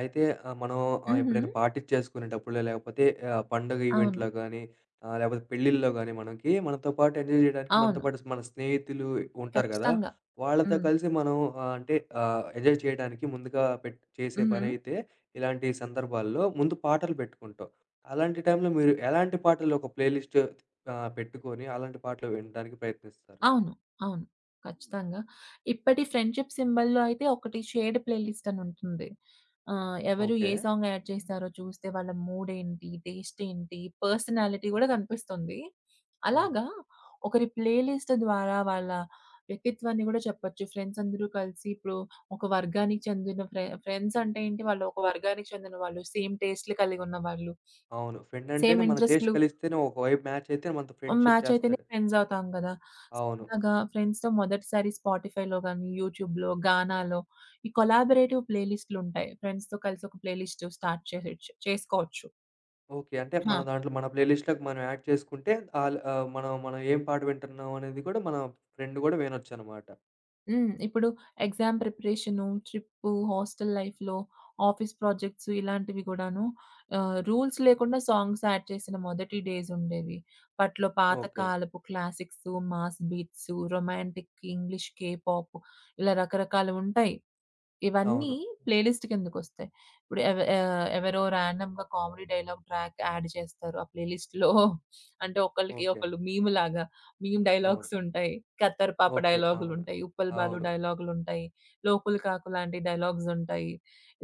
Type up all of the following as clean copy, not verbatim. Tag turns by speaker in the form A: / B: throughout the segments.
A: అయితే మనం
B: హుహు.
A: ఎప్పుడైనా పార్టీలు చేసుకునేటప్పుడో లేకపోతే పండుగ
B: అవును.
A: ఈవెంట్‌లో గానీ లేకపోతే పెళ్ళిల్లో గానీ మనకి మనతో పాటు ఎంజాయ్ జేయడానికి మనతో
B: అవును.
A: పాటు మన స్నేహితులు ఉంటారు గదా!
B: ఖచ్చితంగా.
A: వాళ్ళతో
B: హ్మ్.
A: కలిసి మనం అంటే ఎంజాయ్ చేయడానికి ముందుగా పెట్ చేసే
B: హుహు.
A: పనైతే ఇలాంటి సందర్భాల్లో ముందు పాటలు పెట్టుకుంటాం. అలాంటి టైంలో మీరు ఎలాంటి పాటలు ఒక ప్లే లిస్ట్ పెట్టుకొని అలాంటి పాటలు వినడానికి ప్రయత్నిస్తారు?
B: అవును. అవును. ఖచ్చితంగా. ఇప్పటి ఫ్రెండ్‌షిప్ సింబల్‌లో అయితే ఒకటి షేర్డ్ ప్లేలిస్ట్ అని ఉంటుంది. ఎవరు
A: ఓకే.
B: ఏ సాంగ్ యాడ్ చేశారో చూస్తే వాళ్ళ మూడ్ ఏంటి, టేస్ట్ ఏంటి, పర్సనాలిటీ గూడా కనిపిస్తుంది.
A: అవును.
B: అలాగా ఒకరి ప్లేలిస్ట్ ద్వారా వాళ్ళ వ్యక్తిత్వాన్ని గూడా చెప్పొచ్చు. ఫ్రెండ్స్ అందరూ కలిసి ఇప్పుడు ఒక వర్గానికి చెందిన ఫ్రెండ్స్ అంటే ఏంటి? వాళ్ళు ఒక వర్గానికి చెందిన వాళ్ళు, సేమ్ టేస్ట్‌లు కలిగున్న వాళ్ళు,
A: అవును. ఫ్రెండ్
B: సేమ్
A: అంటేనే మన టేస్ట్
B: ఇంట్రెస్ట్‌లు.
A: కలిస్తేనే ఒక వైబ్ మ్యాచ్ అయితే మనతో
B: హ్మ్.
A: ఫ్రెండ్‌షిప్
B: మ్యాచ్ అయితేనే
A: చేస్తాడు.
B: ఫ్రెండ్స్ అవుతాం గదా!
A: అవును.
B: సరదాగా ఫ్రెండ్స్‌తో మొదటిసారి స్పాటిఫైలో గాని, యూట్యూబ్‌లో, గానాలో ఈ కొలాబరేటివ్ ప్లే లిస్ట్‌లుంటాయి. ఫ్రెండ్స్‌తో కలిసి ఒక ప్లే లిస్ట్ స్టార్ట్ చేసేయొచ్చు చేసుకోవచ్చు
A: ఓకే. అంటే
B: ఆ!
A: మన దాంట్లో మన ప్లే లిస్ట్‌లోకి మనం యాడ్ చేసుకుంటే మనం మనం ఏం పాట వింటున్నాం అనేది కూడా మన ఫ్రెండ్ గూడా వినొచ్చనమాట.
B: హ్మ్. ఇప్పుడు ఎగ్జామ్ ప్రిపరేషను, ట్రిప్పు, హాస్టల్ లైఫ్‌లో, ఆఫీస్ ప్రాజెక్ట్స్ ఇలాంటివి గూడాను రూల్స్ లేకుండా సాంగ్స్ యాడ్ చేసిన మొదటి డేస్ ఉండేవి. అప్పట్లో పాత
A: ఓకే.
B: కాలపు classics, mass beats, romantic, English, K pop ఇలా రకరకాలువుంటాయి. ఇవన్నీ
A: అవును.
B: ప్లేలిస్ట్ కిందకొస్తాయి. ఇప్పుడు ఎవరో రాండమ్‌గా కామెడీ డైలాగ్ ట్రాక్ యాడ్ చేస్తారు ఆ ప్లేలిస్ట్‌లో. అంటే ఒకళ్ళకి
A: ఓకే.
B: ఒకళ్ళు మీమ్‌లాగా మీమ్
A: అవును.
B: డైలాగ్స్ ఉంటాయి. 'ఖత్తర్ పాప'
A: ఓకే. అవును.
B: డైలాగులుంటాయి. 'ఉప్పల్ బాలు'
A: అవును.
B: డైలాగులుంటాయి. 'లోకుల్ కాకు' లాంటి డైలాగ్స్ ఉంటాయి.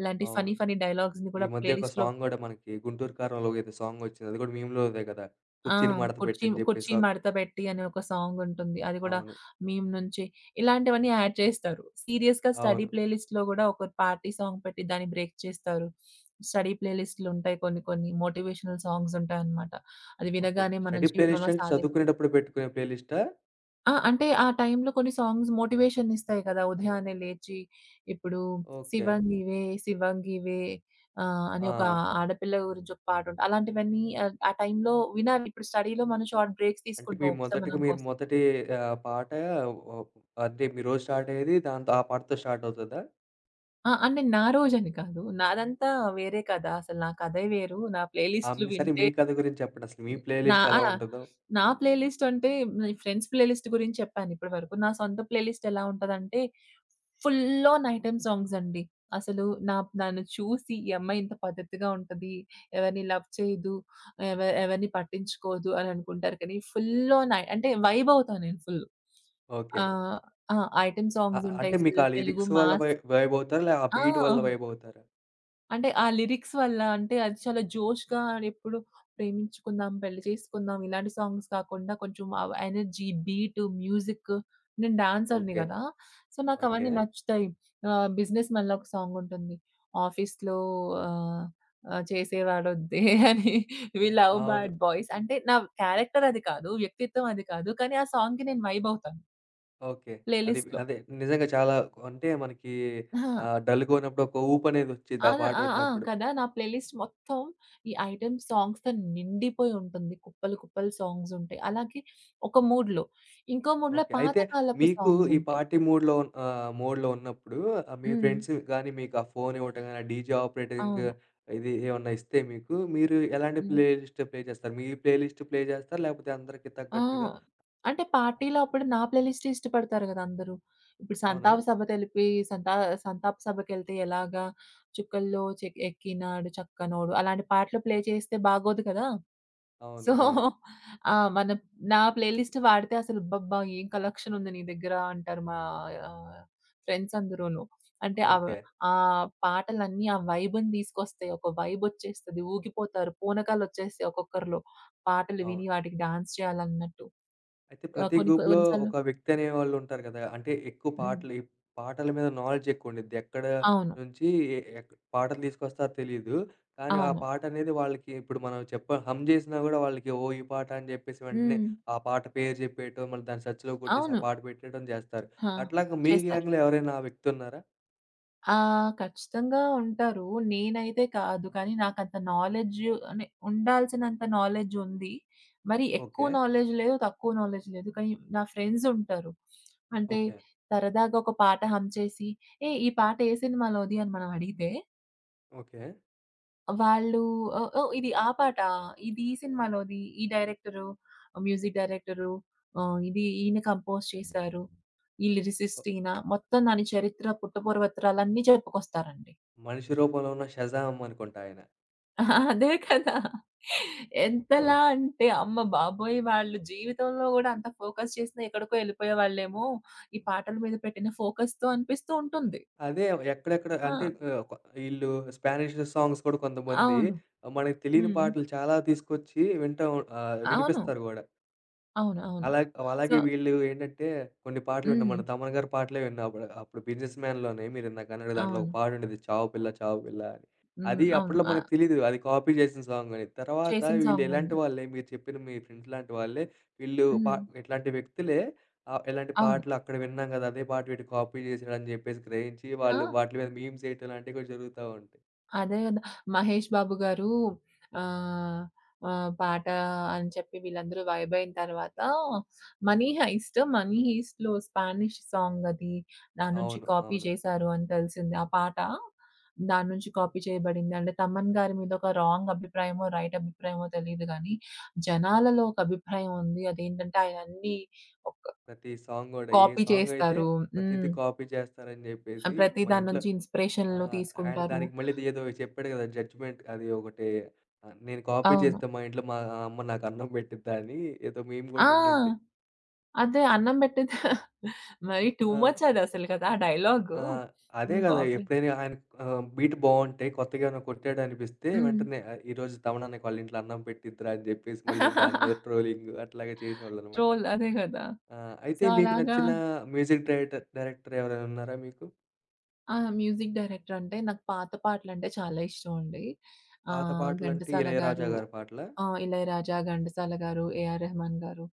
B: ఇలాంటి
A: అవును.
B: ఫన్నీ ఫన్నీ డైలాగ్స్‌ని
A: ఈ
B: కూడా
A: మధ్య ఒక
B: ప్లేలిస్ట్‌లో.
A: సాంగ్ గూడా మనకి 'గుంటూరు కారంలో' ఏదో సాంగొచ్చింది. అది గూడా మీమ్‌లోదే గదా!
B: ఆ!
A: కుర్చీని మడత
B: 'కుర్చీ
A: పెట్టని జెప్పి
B: కుర్చీ
A: సాంగ్.
B: మడత పెట్టి' అని ఒక సాంగ్ ఉంటుంది. అది కూడా
A: అవును.
B: మీమ్ నుంచి ఇలాంటివన్నీ యాడ్ చేస్తారు. సీరియస్‌గా స్టడీ
A: అవును.
B: ప్లేలిస్ట్‌లో గూడా ఒక పార్టీ సాంగ్ పెట్టి దాన్ని బ్రేక్ చేస్తారు. స్టడీ ప్లేలిస్ట్‌లుంటాయి, కొన్ని కొన్ని మోటివేషనల్ సాంగ్స్ ఉంటాయన్నమాట. అది
A: ఓకే.
B: వినగానే మన
A: స్టడీ ప్లే లిస్ట్
B: జీవితంలో
A: అంటే చదువుకునేటప్పుడు పెట్టుకునే ప్లే లిస్టా?
B: ఆ! అంటే ఆ టైంలో కొన్ని సాంగ్స్ మోటివేషన్ ఇస్తాయి కదా! ఉదయాన్నే లేచి ఇప్పుడు
A: ఓకే.
B: 'శివంగివే శివంగివే' అని
A: ఆ!
B: ఒక ఆడపిల్ల గురించి ఒక పాట ఉంటది. అలాంటివన్నీ ఆ టైంలో వినాలి. ఇప్పుడు స్టడీలో మనం షార్ట్ బ్రేక్స్
A: అంటే మీ
B: తీసుకుంటాం
A: మొదటిగా
B: ఉపశమనం
A: మీరు
B: కోసం.
A: మొదటి పాట ఒ అంటే మీ రోజు స్టార్ట్ అయ్యేది దాంతో ఆ పాటతో స్టార్ట్ అవుతదా?
B: ఆ! అంటే నా రోజని కాదు. నాదంతా వేరే కదా! అసలు నా కథే వేరు. నా
A: ఆ!
B: ప్లేలిస్ట్‌లు
A: సరే మీ
B: వింటే.
A: కథ గురించి చెప్పండి అసలు మీ
B: హ్మ్.
A: ప్లే
B: నా
A: లిస్ట్ ఎలా
B: ఆ!
A: ఉంటదో?
B: నా ప్లే లిస్ట్ అంటే మీ ఫ్రెండ్స్ ప్లే లిస్ట్ గురించి చెప్పాను ఇప్పటి వరకు. నా సొంత ప్లే లిస్ట్ ఎలా ఉంటదంటే, ఫుల్ ఆన్ ఐటెమ్ సాంగ్స్ అండి. అసలు నా నన్ను చూసి ఈ అమ్మాయి ఇంత పద్ధతిగా ఉంటది. ఎవరిని లవ్ చేయదు. ఎవరిని పట్టించుకోదు అని అనుకుంటారు. కానీ ఫుల్ ఆన్ ఐ అంటే వైబ్ అవుతా నేను ఫుల్.
A: ఓకే.
B: ఆహ్, ఆ! ఐటెమ్ సాంగ్స్
A: అంటే
B: ఉంటాయి.
A: మీకు ఆ
B: ఫుల్ తెలుగు
A: లిరిక్స్ వల్ల
B: మాస్.
A: వైబ్ అవుతారా? ఆ
B: ఆ!
A: బీట్ వల్ల వైబ్ అవుతారా?
B: అంటే ఆ లిరిక్స్ వల్ల అంటే అది చాలా జోష్‌గా ఎప్పుడు ప్రేమించుకుందాం, పెళ్లి చేసుకుందాం ఇలాంటి సాంగ్స్ కాకుండా కొంచెం ఆ ఎనర్జీ, బీటు, మ్యూజిక్. నేను డాన్సర్‌ని
A: ఓకే.
B: గదా! So,
A: okay.
B: నాకవన్నీ నచ్చుతాయి. 'బిజినెస్ మన్‌లో' ఒక సాంగ్ ఉంటుంది. ఆఫీస్‌లో ఆహ్, ఆహ్, చేసేవాడొద్దే అని వి లవ్
A: అవును.
B: బ్యాడ్ బాయ్స్ అంటే నా క్యారెక్టర్ అది కాదు, వ్యక్తిత్వం అది కాదు. కానీ ఆ సాంగ్‌కి నేను వైబ్ అవుతాను
A: ఓకే.
B: ప్లేలిస్ట్‌లో.
A: అదే నిజంగా చాలా అంటే మనకి
B: ఆ!
A: డల్‌గా ఉన్నప్పుడు ఒక ఊపనేదొచ్చిద్ది
B: ఆ!
A: ఆ పాట
B: ఆ! ఆ!
A: విన్నప్పుడు.
B: కదా! నా ప్లేలిస్ట్ మొత్తం ఈ ఐటెమ్ సాంగ్స్‌తో నిండిపోయి ఉంటుంది. కుప్పలు, కుప్పలు సాంగ్స్ ఉంటాయి. అలాగే ఒక మూడ్‌లో, ఇంకో మూడ్‌లో
A: ఓకే.
B: పాత
A: అయితే
B: కాలపు
A: మీకు
B: సాంగ్స్
A: ఈ
B: ఉంటాయి.
A: పార్టీ మూడ్‌లో మోడ్‌లో ఉన్నప్పుడు మీ
B: హ్మ్.
A: ఫ్రెండ్స్ గాని మీకు ఆ ఫోన్ ఇవ్వటం గాని, ఆ డీజే ఆపరేటింగ్
B: అవును.
A: ఇది ఏమన్నా ఇస్తే మీకు, మీరు ఎలాంటి
B: హ్మ్.
A: ప్లే లిస్ట్ ప్లే చేస్తారు? మీ ప్లే లిస్ట్ ప్లే చేస్తారా? లేకపోతే అందరికి
B: ఆ!
A: తగ్గట్టుగా
B: అంటే పార్టీలో అప్పుడు నా ప్లేలిస్టే ఇష్టపడతారు గదా అందరూ. ఇప్పుడు
A: అవునా?
B: సంతాప సభ తెలిపి సంతా సంతాప సభకెళ్తే ఎలాగా 'చుక్కల్లో చెక్ ఎక్కినాడు చక్కనోడు' అలాంటి పాటలు ప్లే చేస్తే బాగోదు కదా!
A: అవును.
B: సో,
A: అవును.
B: ఆ! నా ప్లే లిస్ట్ వాడితే అసలు "అబ్బబ్బా! ఏం కలెక్షన్ ఉంది నీ దగ్గర" అంటారు మా ఆహ్, ఫ్రెండ్స్ అందరూను. అంటే అవ్
A: ఓకే.
B: ఆ పాటలన్నీ ఆ వైబ్‌ని తీసుకొస్తాయి. ఒక వైబొచ్చేస్తది. ఊగిపోతారు. పూనకాలొచ్చేస్తాయి ఒక్కొక్కరిలో. పాటలు
A: అవును.
B: విని వాటికి డాన్స్ చేయాలన్నట్టు.
A: అయితే ప్రతి
B: కొన్ని
A: గ్రూప్‌లో
B: కొన్ని సార్లు.
A: ఒక వ్యక్తి అనేవాళ్ళుంటారు కదా! అంటే ఎక్కువ
B: హ్మ్.
A: పాటలు ఈ పాటల మీద నాలెడ్జ్ ఎక్కువుండిద్ది. ఎక్కడ
B: అవును.
A: నుంచి ఎ ఎక్ పాటలు తీసుకొస్తారో తెలీదు. కానీ ఆ
B: అవును.
A: పాట అనేది వాళ్ళకి ఇప్పుడు మనం హమ్ చేసినా గూడా వాళ్ళకి ఓహ్! ఈ పాట అని జెప్పేసి వెంటనే
B: హ్మ్.
A: ఆ పాట పేరు జెప్పేయటం, మళ్ళీ దాన్ని సెర్చ్‌లో కొట్టేసి ఆ
B: అవును.
A: పాట పెట్టేయటం జేస్తారు.
B: ఆ!
A: అట్లాగా మీ
B: చేస్తారు.
A: గ్యాంగ్‌లో ఎవరైనా ఆ వ్యక్తి ఉన్నారా?
B: ఆ! ఖచ్చితంగా ఉంటారు. నేనైతే కాదు. కానీ నాకంత నాలెడ్జ్, అంటే ఉండాల్సినంత నాలెడ్జ్ ఉంది. మరి ఎక్కువ
A: ఓకే.
B: నాలెడ్జ్ లేదు, తక్కువ నాలెడ్జ్ లేదు. కానీ నా ఫ్రెండ్స్ ఉంటారు. అంటే
A: ఓకే.
B: సరదాగా ఒక పాట హమ్ చేసి, "ఏయ్! ఈ పాట ఏ సినిమాలోది?" అని మనం అడిగితే,
A: ఓకే.
B: వాళ్ళు "ఓహ్! ఓహ్! ఇది ఆ పాట. ఇది ఈ సినిమాలోది. ఈ డైరెక్టరు, మ్యూజిక్ డైరెక్టరు ఇది ఈయన కంపోజ్ చేశారు. ఈ
A: ఓహ్!
B: లిరిసిస్ట్ ఈయన." మొత్తం దాని చరిత్ర, పుట్టపూర్వోత్తరాలన్నీ చెప్పుకొస్తారండి.
A: మనిషి రూపంలో ఉన్న షజామ్ అనుకుంటా ఆయన.
B: ఆహా! అదే కదా!
A: ఓకే.
B: ఎంతలా అంటే అమ్మ బాబోయ్! వాళ్ళు జీవితంలో గూడా అంత ఫోకస్ చేసినా ఎక్కడికో ఎళ్ళిపోయేవాళ్ళేమో, ఈ పాటల మీద పెట్టిన ఫోకస్‌తో అనిపిస్తూ ఉంటుంది.
A: అదే ఎక్కడెక్కడ అంటే
B: ఆ!
A: ఈళ్ళు స్పానిష్ సాంగ్స్ కూడా కొంతమంది
B: అవును.
A: మనకు తెలియని
B: హ్మ్.
A: పాటలు చాలా తీసుకొచ్చి వింటా
B: అవును.
A: వినిపిస్తారు గూడా.
B: అవును. అవును.
A: అలా
B: సో.
A: అలాగే వీళ్ళు ఏంటంటే కొన్ని పాటలున్నాయి.
B: హ్మ్.
A: మన 'తమన్' గారి పాటలే విన్నా అప్పుడు. అప్పుడు 'బిజినెస్ మ్యాన్‌లోనే' మీరిందాక అన్నారు దాంట్లో ఒక
B: అవును.
A: పాటుండేది 'చావు పిల్ల చావు పిల్ల' అని.
B: హ్మ్.
A: అది
B: అవును.
A: అప్పట్లో మనకు తెలీదు. అది కాపీ చేసిన సాంగ్ అని. తర్వాత
B: చేసిన
A: వీళ్ళు
B: సాంగ్
A: ఎలాంటి
B: ఉంది.
A: వాళ్ళే మీరు చెప్పిన మీ ఫ్రెండ్స్ లాంటి వాళ్ళే వీళ్ళు పా
B: హ్మ్.
A: ఇట్లాంటి వ్యక్తులే ఇలాంటి
B: అవును.
A: పాటలు అక్కడ విన్నాం కదా! అదే పాట వీడు కాపీ చేసాడని చెప్పేసి గ్రహించి
B: ఆ!
A: వాళ్ళు వాటి మీద మీమ్స్ ఏయటం లాంటివి కూడా జరుగుతా ఉంటాయి.
B: అదే గదా! 'మహేష్ బాబు' గారు ఆహ్, ఆహ్, పాట అని చెప్పి వీళ్ళందరూ వైబ్ అయిన తర్వాత, 'మనీ హైస్ట్'లో స్పానిష్ సాంగ్ అది, దాని నుంచి
A: అవును.
B: కాపీ
A: అవును.
B: చేశారు అని తెలిసింది. ఆ పాట దాని నుంచి కాపీ చేయబడింది. అంటే తమన్ గారి మీద ఒక రాంగ్ అభిప్రాయమో, రైట్ అభిప్రాయమో తెలీదు గానీ, జనాలలో ఒక అభిప్రాయం ఉంది. అదేంటంటే ఆయన అన్నీ ఒక
A: ప్రతి సాంగ్ గూడా ఏ
B: కాపీ
A: సాంగ్ అయితే
B: చేస్తారు.
A: ప్రతీది
B: హ్మ్.
A: కాపీ చేస్తారని చెప్పేసి
B: ప్రతి
A: మా
B: దాని
A: ఇంట్లో
B: నుంచి
A: ఆ!
B: ఇన్‌స్పిరేషన్‌లు
A: ఆయన
B: తీసుకుంటారు.
A: దానికి మళ్ళీ ఏదో చెప్పాడు గదా! జడ్జ్‌మెంట్ అది ఒకటి నేను కాపీ
B: అవును.
A: చేస్తే మా ఇంట్లో మా అమ్మ నాకు అన్నం పెట్టిద్దా అని ఏదో మీమ్
B: ఆ!
A: గూడా ఉండిద్ది.
B: అదే అన్నం పెట్టేది మరి టూ
A: ఆహ్,
B: మచ్ అదసలు కదా ఆ డైలాగు.
A: ఆహ్, అదే
B: హ్మ్.
A: గదా!
B: కాపీ.
A: ఎప్పుడైనా ఆయన బీట్ బావుంటే కొత్తగా ఏమైనా కొట్టాడనిపిస్తే
B: హ్మ్.
A: వెంటనే ఈరోజు తమన్నా నాకు వాళ్ళ ఇంట్లో అన్నం పెట్టిద్దిరా అని జెప్పేసి మళ్ళీ దాని మీద ట్రోలింగ్ అట్లాగే చేసేవాళ్ళనమాట.
B: ట్రోల్ అదే గదా!
A: ఆ! అయితే
B: సో,
A: మీకు
B: అలాగా.
A: నచ్చిన మ్యూజిక్ డైరెక్టర్ డైరెక్టర్ ఎవరైనా ఉన్నారా మీకు?
B: ఆ! మ్యూజిక్ డైరెక్టర్ అంటే నాకు పాత పాటలంటే చాలా ఇష్టమండి.
A: పాత పాటలంటే
B: ఘంటసాల గారు.
A: 'ఇళయరాజా' గారి పాటలా?
B: ఆ! 'ఇళయరాజా', 'ఘంటసాల' గారు, 'ఏఆర్ రెహమాన్' గారు,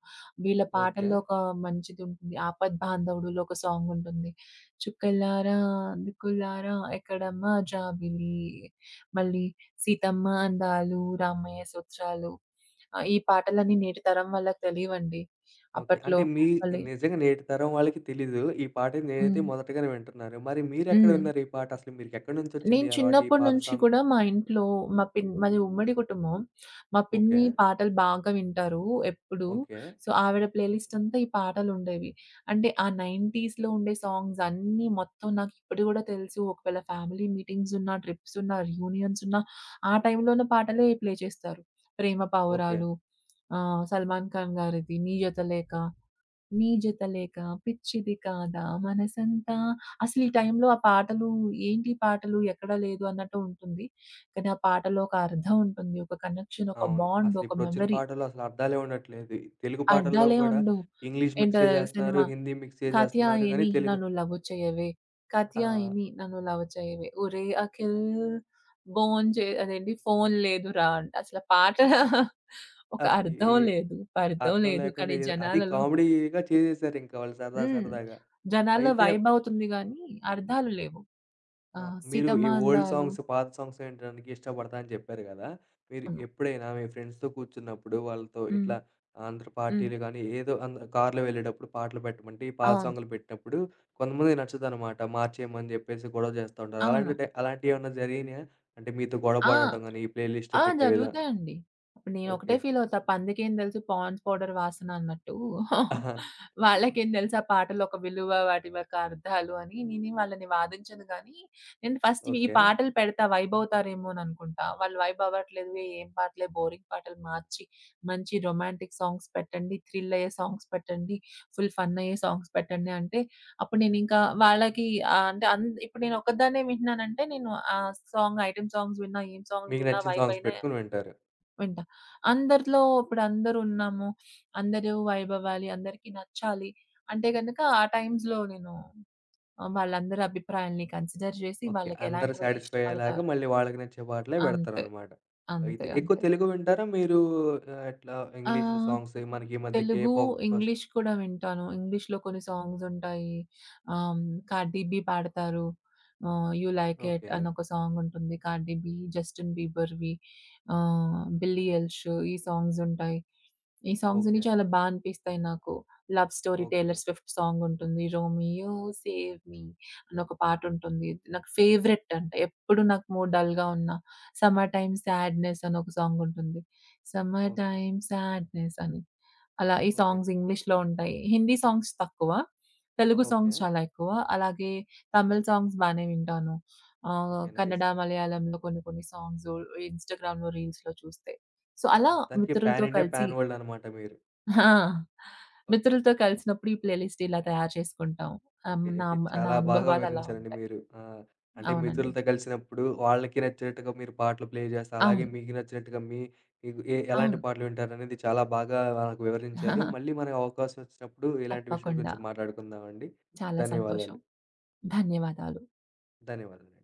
B: వీళ్ళ
A: ఓకే.
B: పాటల్లో ఒక మంచిదుంటుంది. 'ఆపద్ బాంధవుడులో' ఒక సాంగుంటుంది. చుక్కలారా, దిక్కులారా ఎక్కడమ్మా జాబిల్లి, మళ్ళీ 'సీతమ్మ అందాలు, రామయ్య సూత్రాలు'. ఈ పాటలన్నీ నేటి తరం వాళ్ళకి తెలీవండి.
A: ఓకే.
B: అప్పట్లో
A: అంటే
B: మళ్ళీ.
A: నిజంగా నేటి తరం వాళ్ళకి తెలీదు. ఈ పాటని నేనైతే
B: హ్మ్.
A: మొదటగానే వింటున్నారు. మరి మీరెక్కడ
B: హ్మ్.
A: విన్నారు ఈ పాట? అసలు మీకెక్కడి నుంచొచ్చింది
B: నేను
A: ఈ అలవాటు? ఈ
B: చిన్నప్పటి
A: పాత
B: నుంచి
A: సాంగ్
B: కూడా మా ఇంట్లో మా పిన్ మాది ఉమ్మడి కుటుంబం. మా
A: ఓకే.
B: పిన్ని పాటలు బాగా వింటారు ఎప్పుడూ.
A: ఓకే.
B: సో, ఆవిడ ప్లేలిస్ట్ అంతా ఈ పాటలుండేవి. అంటే ఆ 90స్‌లో ఉండే సాంగ్స్ అన్నీ మొత్తం నాకిప్పటికి కూడా తెలుసు. ఒకవేళ ఫ్యామిలీ మీటింగ్స్ ఉన్నా, ట్రిప్స్ ఉన్నా, రియూనియన్స్ ఉన్నా ఆ టైంలోన పాటలే ప్లే చేస్తారు. 'ప్రేమ
A: ఓకే.
B: పావురాలు', 'సల్మాన్ ఖాన్' గారిది 'నీ జత లేక.' నీ జత లేక పిచ్చిది కాదా మనసంతా. అసలు ఈ టైంలో ఆ పాటలు, ఏంటి ఈ పాటలు ఎక్కడా లేదు అన్నట్టు ఉంటుంది. కానీ ఆ పాటలో ఒక అర్థం ఉంటుంది. ఒక కనెక్షన్, ఒక
A: అవును.
B: బాండ్, ఒక
A: అసలిప్పుడొచ్చిన
B: మెమరీ.
A: పాటల్లో అసలు అర్థాలే ఉండట్లేదు. ఈ తెలుగు పాటల్లో
B: అర్థాలే
A: గూడా
B: ఉండవు.
A: ఇంగ్లీష్ మిక్స్
B: ఏంటో
A: చేసేస్తున్నారు,
B: సినిమా
A: హిందీ మిక్స్ చేసేస్తున్నారు గానీ
B: 'కథయాయిని
A: తెలుగు
B: నన్ను లవ్ చేయవే,
A: ఆహ్,
B: కథయాయిని నన్ను లవ్ చేయవే, ఒరేయ్ అఖిల్ బోన్ చే' అదేంటి 'ఫోన్ లేదురా' అంట. అసల పాట ఒక
A: అసలు
B: అర్థం
A: ఏ
B: లేదు, పర్థం
A: అర్థం
B: లేదు.
A: లేకుండా
B: కానీ
A: ఏదో అది
B: జనాలలో.
A: కామెడీగా చేసేసారింక వాళ్ళు సరదా
B: హ్మ్.
A: సరదాగా.
B: జనాల్లో
A: అయితే
B: వైబవుతుంది గానీ, అర్థాలు లేవు.
A: ఆ!
B: ఆ!
A: మీరు ఈ
B: సీతమ్మ
A: ఓల్డ్
B: అందాలు.
A: సాంగ్స్, పాత సాంగ్స్ వినడానికి ఇష్టపడతా అని చెప్పారు గదా! మీరు
B: అవును.
A: ఎప్పుడైనా మీ ఫ్రెండ్స్‌తో కూర్చున్నప్పుడు వాళ్ళతో
B: హ్మ్.
A: ఇట్లా అందరు
B: హ్మ్.
A: పార్టీలు గానీ, ఏదో కార్‌లో వెళ్ళేటప్పుడు పాటలు పెట్టమంటే, ఈ పాత
B: అవును.
A: సాంగులు పెట్టినప్పుడు కొంతమందికి నచ్చదనమాట. మార్చేయమని జెప్పేసి గొడవ జేస్తా ఉంటారు.
B: అవును.
A: అలాంటియేమన్నా జరిగినాయా? అంటే మీతో గొడవ
B: ఆ!
A: పడటం గానీ, ఈ ప్లేలిస్ట్
B: ఆ!
A: పెట్టే విధా
B: జరుగుతాయండి. ఇప్పుడు నేనొకటే
A: ఓకే.
B: ఫీలవుతా. పందికేం తెలుసు పాండ్స్ పౌడర్ వాసన అన్నట్టు.
A: ఆహా!
B: వాళ్ళకేం తెలుసు ఆ పాటలొక విలువ, వాటి యొక్క అర్థాలు అని. నేనేం వాళ్ళని వాదించను గానీ, నేను ఫస్ట్ ఈ
A: ఓకే.
B: పాటలు పెడతా వైబవుతారేమోననుకుంటా. వాళ్ళు వైబవ్వట్లేదు. ఏం పాటలే బోరింగ్ పాటలు మార్చి, మంచి రొమాంటిక్ సాంగ్స్ పెట్టండి, థ్రిల్లయ్యే సాంగ్స్ పెట్టండి, ఫుల్ ఫన్నయ్యే సాంగ్స్ పెట్టండి అంటే అప్పుడు నేనింకా వాళ్ళకి ఆహ్, అంటే అన్ ఇప్పుడు నేను ఒక్కదాన్నే వింటున్నానంటే నేను ఆ ఐటెమ్ సాంగ్స్ విన్నా, ఏం సాంగ్స్
A: మీకు
B: విన్నా
A: నచ్చిన
B: వైబ్
A: సాంగ్స్
B: అయినా
A: పెట్టుకొని వింటారు.
B: వింటా. అందరిలో ఇప్పుడు అందరూ ఉన్నాము. అందరూ వైబ్ అవ్వాలి, అందరికీ నచ్చాలి అంటే గనక ఆ టైమ్స్‌లో నేను వాళ్ళందరి అభిప్రాయాల్ని కన్సిడర్ చేసి
A: ఓకే.
B: వాళ్ళకి
A: అందరూ
B: ఎలాంటివైతే
A: సాటిస్ఫై అయ్యేలాగా
B: ఇష్టపడతారు
A: మళ్ళీ వాళ్ళకి నచ్చే పాటలే
B: అంతే.
A: పెడతారనమాట.
B: అంతే.
A: అయితే ఎక్కువ
B: అంతే.
A: తెలుగు వింటారా మీరు? ఇట్లా
B: ఆ!
A: ఇంగ్లీష్ సాంగ్స్ మనకి ఈ మధ్య కే
B: తెలుగు,
A: పాప్
B: ఇంగ్లీష్ కూడా వింటాను. ఇంగ్లీష్‌లో కొన్ని సాంగ్స్ ఉంటాయి. ఆహ్, 'కార్డీ బీ' పాడతారు. 'You like it'
A: okay.
B: అని ఒక సాంగ్ ఉంటుంది. 'కార్డీ బీ', 'జస్టిన్ బీబర్‌వి', 'బిల్లీ ఎలిష్' ఈ సాంగ్స్ ఉంటాయి. ఈ సాంగ్స్ అన్ని
A: ఓకే.
B: చాలా బా అనిపిస్తాయి నాకు. 'Love Story'
A: okay.
B: 'Taylor Swift' song ఉంటుంది. 'రోమియో సేవ్ మీ' అని ఒక పాట ఉంటుంది. నాకు ఫేవరెట్ అంట. ఎప్పుడు నాకు మూడ్ డల్‌గా ఉన్నా 'సమ్మర్ టైమ్ సాడ్‌నెస్' అని ఒక సాంగ్ ఉంటుంది. 'Summer
A: okay.
B: టైమ్ సాడ్‌నెస్' అని. అలా ఈ
A: ఓకే.
B: సాంగ్స్ ఇంగ్లీష్‌లో ఉంటాయి. హిందీ సాంగ్స్ తక్కువ. తెలుగు
A: ఓకే.
B: సాంగ్స్ చాలా ఎక్కువ. అలాగే తమిళ్ సాంగ్స్ బానే వింటాను.
A: ఓకే.
B: కన్నడ,
A: నైస్.
B: మలయాళంలో కొన్ని కొన్ని సాంగ్స్ ఇన్‌స్టాగ్రామ్‌లో, రీల్స్‌లో చూస్తే. సో, అలా
A: మొత్తానికి పాన్
B: మిత్రులతో
A: ఇండియా,
B: కలిసి.
A: పాన్ వరల్డ్ అనమాట మీరు.
B: ఆ!
A: ఓకే.
B: మిత్రులతో కలిసినప్పుడు ఈ ప్లే లిస్ట్ ఇలా తయారు చేసుకుంటాం. ఆహ్,
A: ఓకే.
B: నా
A: అయితే
B: నా
A: చాలా బాగా
B: అనుభవాలు అలా
A: వివరించారండి
B: ఉంటాయి.
A: మీరు. అంటే
B: అవునండి.
A: మిత్రులతో కలిసినప్పుడు వాళ్ళకి నచ్చినట్టుగా మీరు పాటలు ప్లే చేస్తా, అలాగే
B: అవును.
A: మీకు నచ్చినట్టుగా మీకు ఎలాంటి
B: అవును.
A: పాటలు వింటారనేది చాలా బాగా నాకు వివరించారు. మళ్ళీ మనకు అవకాశం వచ్చినప్పుడు ఇలాంటి విషయాల
B: తప్పకుండా.
A: గురించి మాట్లాడుకుందామండి.
B: చాలా
A: ధన్యవాదాలు.
B: సంతోషం. ధన్యవాదాలు.
A: ధన్యవాదాలు.